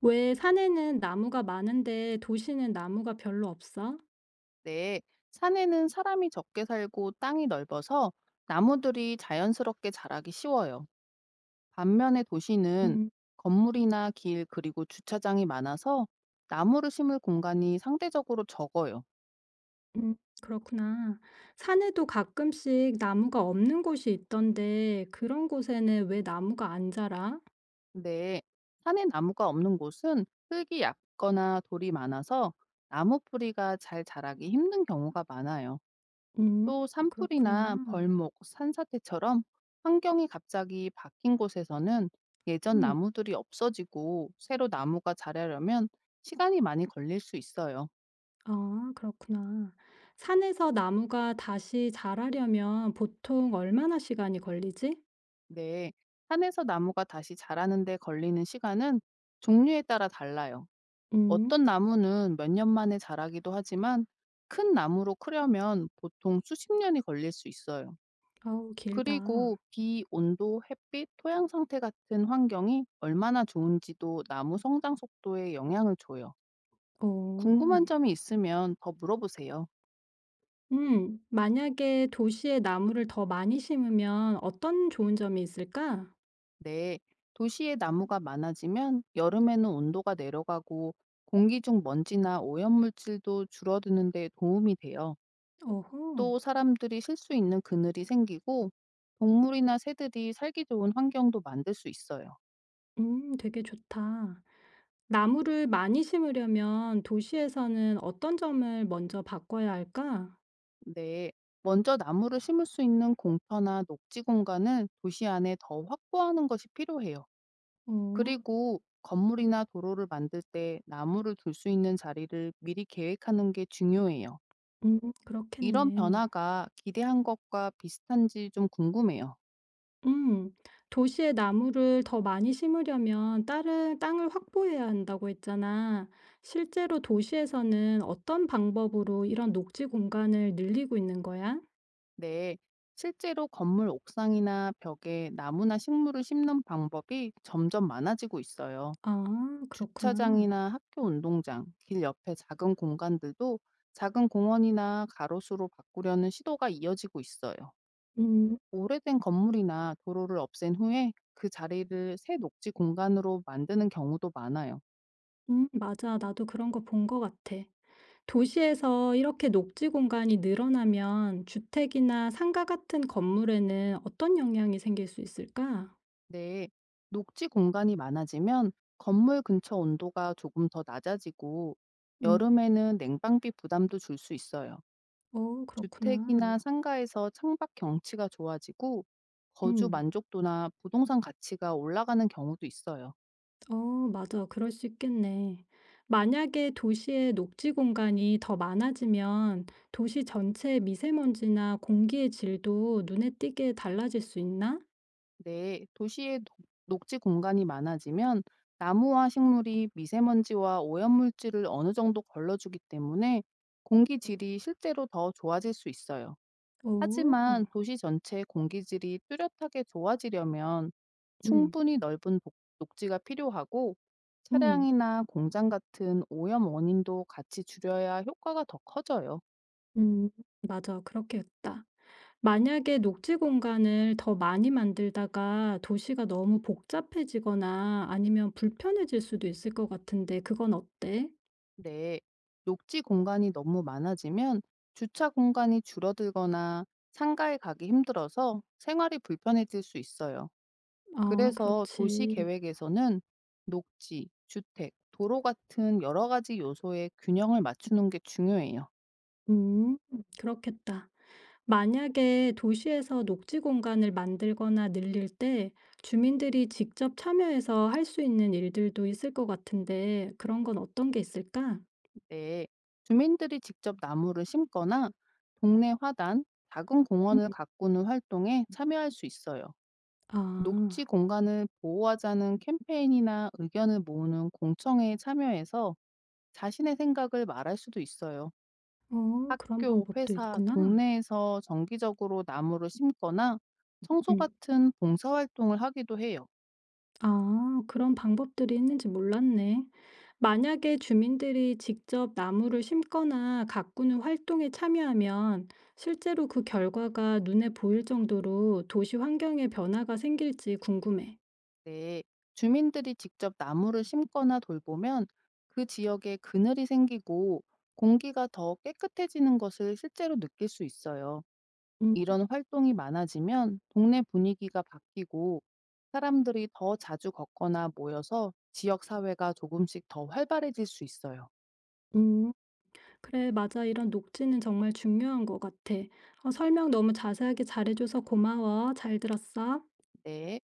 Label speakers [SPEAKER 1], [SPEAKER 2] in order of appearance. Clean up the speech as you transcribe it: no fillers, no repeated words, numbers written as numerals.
[SPEAKER 1] 왜 산에는 나무가 많은데 도시는 나무가 별로 없어?
[SPEAKER 2] 네, 산에는 사람이 적게 살고 땅이 넓어서 나무들이 자연스럽게 자라기 쉬워요. 반면에 도시는
[SPEAKER 1] 음,
[SPEAKER 2] 건물이나 길 그리고 주차장이 많아서 나무를 심을 공간이 상대적으로 적어요.
[SPEAKER 1] 음, 그렇구나. 산에도 가끔씩 나무가 없는 곳이 있던데 그런 곳에는 왜 나무가 안 자라?
[SPEAKER 2] 근데 산에 나무가 없는 곳은 흙이 얕거나 돌이 많아서 나무 뿌리가 잘 자라기 힘든 경우가 많아요.
[SPEAKER 1] 음,
[SPEAKER 2] 또 산불이나
[SPEAKER 1] 그렇구나.
[SPEAKER 2] 벌목, 산사태처럼 환경이 갑자기 바뀐 곳에서는 예전
[SPEAKER 1] 음,
[SPEAKER 2] 나무들이 없어지고 새로 나무가 자라려면 시간이 많이 걸릴 수 있어요.
[SPEAKER 1] 아, 그렇구나. 산에서 나무가 다시 자라려면 보통 얼마나 시간이 걸리지?
[SPEAKER 2] 네, 산에서 나무가 다시 자라는데 걸리는 시간은 종류에 따라 달라요.
[SPEAKER 1] 음,
[SPEAKER 2] 어떤 나무는 몇 년 만에 자라기도 하지만 큰 나무로 크려면 보통 수십 년이 걸릴 수 있어요.
[SPEAKER 1] 아우, 길다.
[SPEAKER 2] 그리고 비, 온도, 햇빛, 토양 상태 같은 환경이 얼마나 좋은지도 나무 성장 속도에 영향을 줘요. 궁금한
[SPEAKER 1] 오오.
[SPEAKER 2] 점이 있으면 더 물어보세요.
[SPEAKER 1] 만약에 도시에 나무를 더 많이 심으면 어떤 좋은 점이 있을까?
[SPEAKER 2] 네. 도시의 나무가 많아지면 여름에는 온도가 내려가고 공기 중 먼지나 오염물질도 줄어드는 데 도움이 돼요.
[SPEAKER 1] 어허,
[SPEAKER 2] 또 사람들이 쉴 수 있는 그늘이 생기고 동물이나 새들이 살기 좋은 환경도 만들 수 있어요.
[SPEAKER 1] 되게 좋다. 나무를 많이 심으려면 도시에서는 어떤 점을 먼저 바꿔야 할까?
[SPEAKER 2] 네, 먼저 나무를 심을 수 있는 공터나 녹지 공간은 도시 안에 더 확보하는 것이 필요해요.
[SPEAKER 1] 어,
[SPEAKER 2] 그리고 건물이나 도로를 만들 때 나무를 둘 수 있는 자리를 미리 계획하는 게 중요해요. 이런
[SPEAKER 1] 그렇겠네.
[SPEAKER 2] 변화가 기대한 것과 비슷한지 좀 궁금해요.
[SPEAKER 1] 음, 도시에 나무를 더 많이 심으려면 다른 땅을 확보해야 한다고 했잖아. 실제로 도시에서는 어떤 방법으로 이런 녹지 공간을 늘리고 있는 거야?
[SPEAKER 2] 네, 실제로 건물 옥상이나 벽에 나무나 식물을 심는 방법이 점점 많아지고 있어요.
[SPEAKER 1] 아, 그렇구나.
[SPEAKER 2] 주차장이나 학교 운동장, 길 옆의 작은 공간들도 작은 공원이나 가로수로 바꾸려는 시도가 이어지고 있어요.
[SPEAKER 1] 음.
[SPEAKER 2] 오래된 건물이나 도로를 없앤 후에 그 자리를 새 녹지 공간으로 만드는 경우도 많아요.
[SPEAKER 1] 음, 맞아. 나도 그런 거 본 것 같아. 도시에서 이렇게 녹지 공간이 늘어나면 주택이나 상가 같은 건물에는 어떤 영향이 생길 수 있을까?
[SPEAKER 2] 네, 녹지 공간이 많아지면 건물 근처 온도가 조금 더 낮아지고
[SPEAKER 1] 음.
[SPEAKER 2] 여름에는 냉방비 부담도 줄 수 있어요.
[SPEAKER 1] 어,
[SPEAKER 2] 주택이나
[SPEAKER 1] 그렇구나.
[SPEAKER 2] 상가에서 창밖 경치가 좋아지고 거주
[SPEAKER 1] 음.
[SPEAKER 2] 만족도나 부동산 가치가 올라가는 경우도 있어요.
[SPEAKER 1] 어, 맞아. 그럴 수 있겠네. 만약에 도시의 녹지 공간이 더 많아지면 도시 전체의 미세먼지나 공기의 질도 눈에 띄게 달라질 수 있나?
[SPEAKER 2] 네, 도시의 녹지 공간이 많아지면 나무와 식물이 미세먼지와 오염물질을 어느 정도 걸러주기 때문에 공기질이 실제로 더 좋아질 수 있어요.
[SPEAKER 1] 오.
[SPEAKER 2] 하지만 도시 전체의 공기질이 뚜렷하게 좋아지려면
[SPEAKER 1] 음.
[SPEAKER 2] 충분히 넓은 독- 녹지가 필요하고
[SPEAKER 1] 음.
[SPEAKER 2] 차량이나 공장 같은 오염 원인도 같이 줄여야 효과가 더 커져요.
[SPEAKER 1] 음. 맞아. 그렇겠다. 만약에 녹지 공간을 더 많이 만들다가 도시가 너무 복잡해지거나 아니면 불편해질 수도 있을 것 같은데 그건 어때?
[SPEAKER 2] 네, 녹지 공간이 너무 많아지면 주차 공간이 줄어들거나 상가에 가기 힘들어서 생활이 불편해질 수 있어요.
[SPEAKER 1] 아,
[SPEAKER 2] 그래서 도시
[SPEAKER 1] 그렇지.
[SPEAKER 2] 계획에서는 녹지, 주택, 도로 같은 여러 가지 요소의 균형을 맞추는 게 중요해요.
[SPEAKER 1] 음, 그렇겠다. 만약에 도시에서 녹지 공간을 만들거나 늘릴 때 주민들이 직접 참여해서 할 수 있는 일들도 있을 것 같은데 그런 건 어떤 게 있을까?
[SPEAKER 2] 네, 주민들이 직접 나무를 심거나 동네 화단, 작은
[SPEAKER 1] 음.
[SPEAKER 2] 공원을 가꾸는 활동에 참여할 수 있어요.
[SPEAKER 1] 아.
[SPEAKER 2] 녹지 공간을 보호하자는 캠페인이나 의견을 모으는 공청회에 참여해서 자신의 생각을 말할 수도 있어요.
[SPEAKER 1] 어, 그런
[SPEAKER 2] 학교,
[SPEAKER 1] 방법도
[SPEAKER 2] 회사,
[SPEAKER 1] 있구나.
[SPEAKER 2] 동네에서 정기적으로 나무를 심거나 청소
[SPEAKER 1] 음.
[SPEAKER 2] 같은 봉사활동을 하기도 해요.
[SPEAKER 1] 아, 그런 방법들이 있는지 몰랐네. 만약에 주민들이 직접 나무를 심거나 가꾸는 활동에 참여하면 실제로 그 결과가 눈에 보일 정도로 도시 환경에 변화가 생길지 궁금해.
[SPEAKER 2] 네, 주민들이 직접 나무를 심거나 돌보면 그 지역에 그늘이 생기고 공기가 더 깨끗해지는 것을 실제로 느낄 수 있어요.
[SPEAKER 1] 음,
[SPEAKER 2] 이런 활동이 많아지면 동네 분위기가 바뀌고 사람들이 더 자주 걷거나 모여서 지역 사회가 조금씩 더 활발해질 수 있어요.
[SPEAKER 1] 음. 그래, 맞아. 이런 녹지는 정말 중요한 것 같아. 어, 설명 너무 자세하게 잘해줘서 고마워. 잘 들었어.
[SPEAKER 2] 네.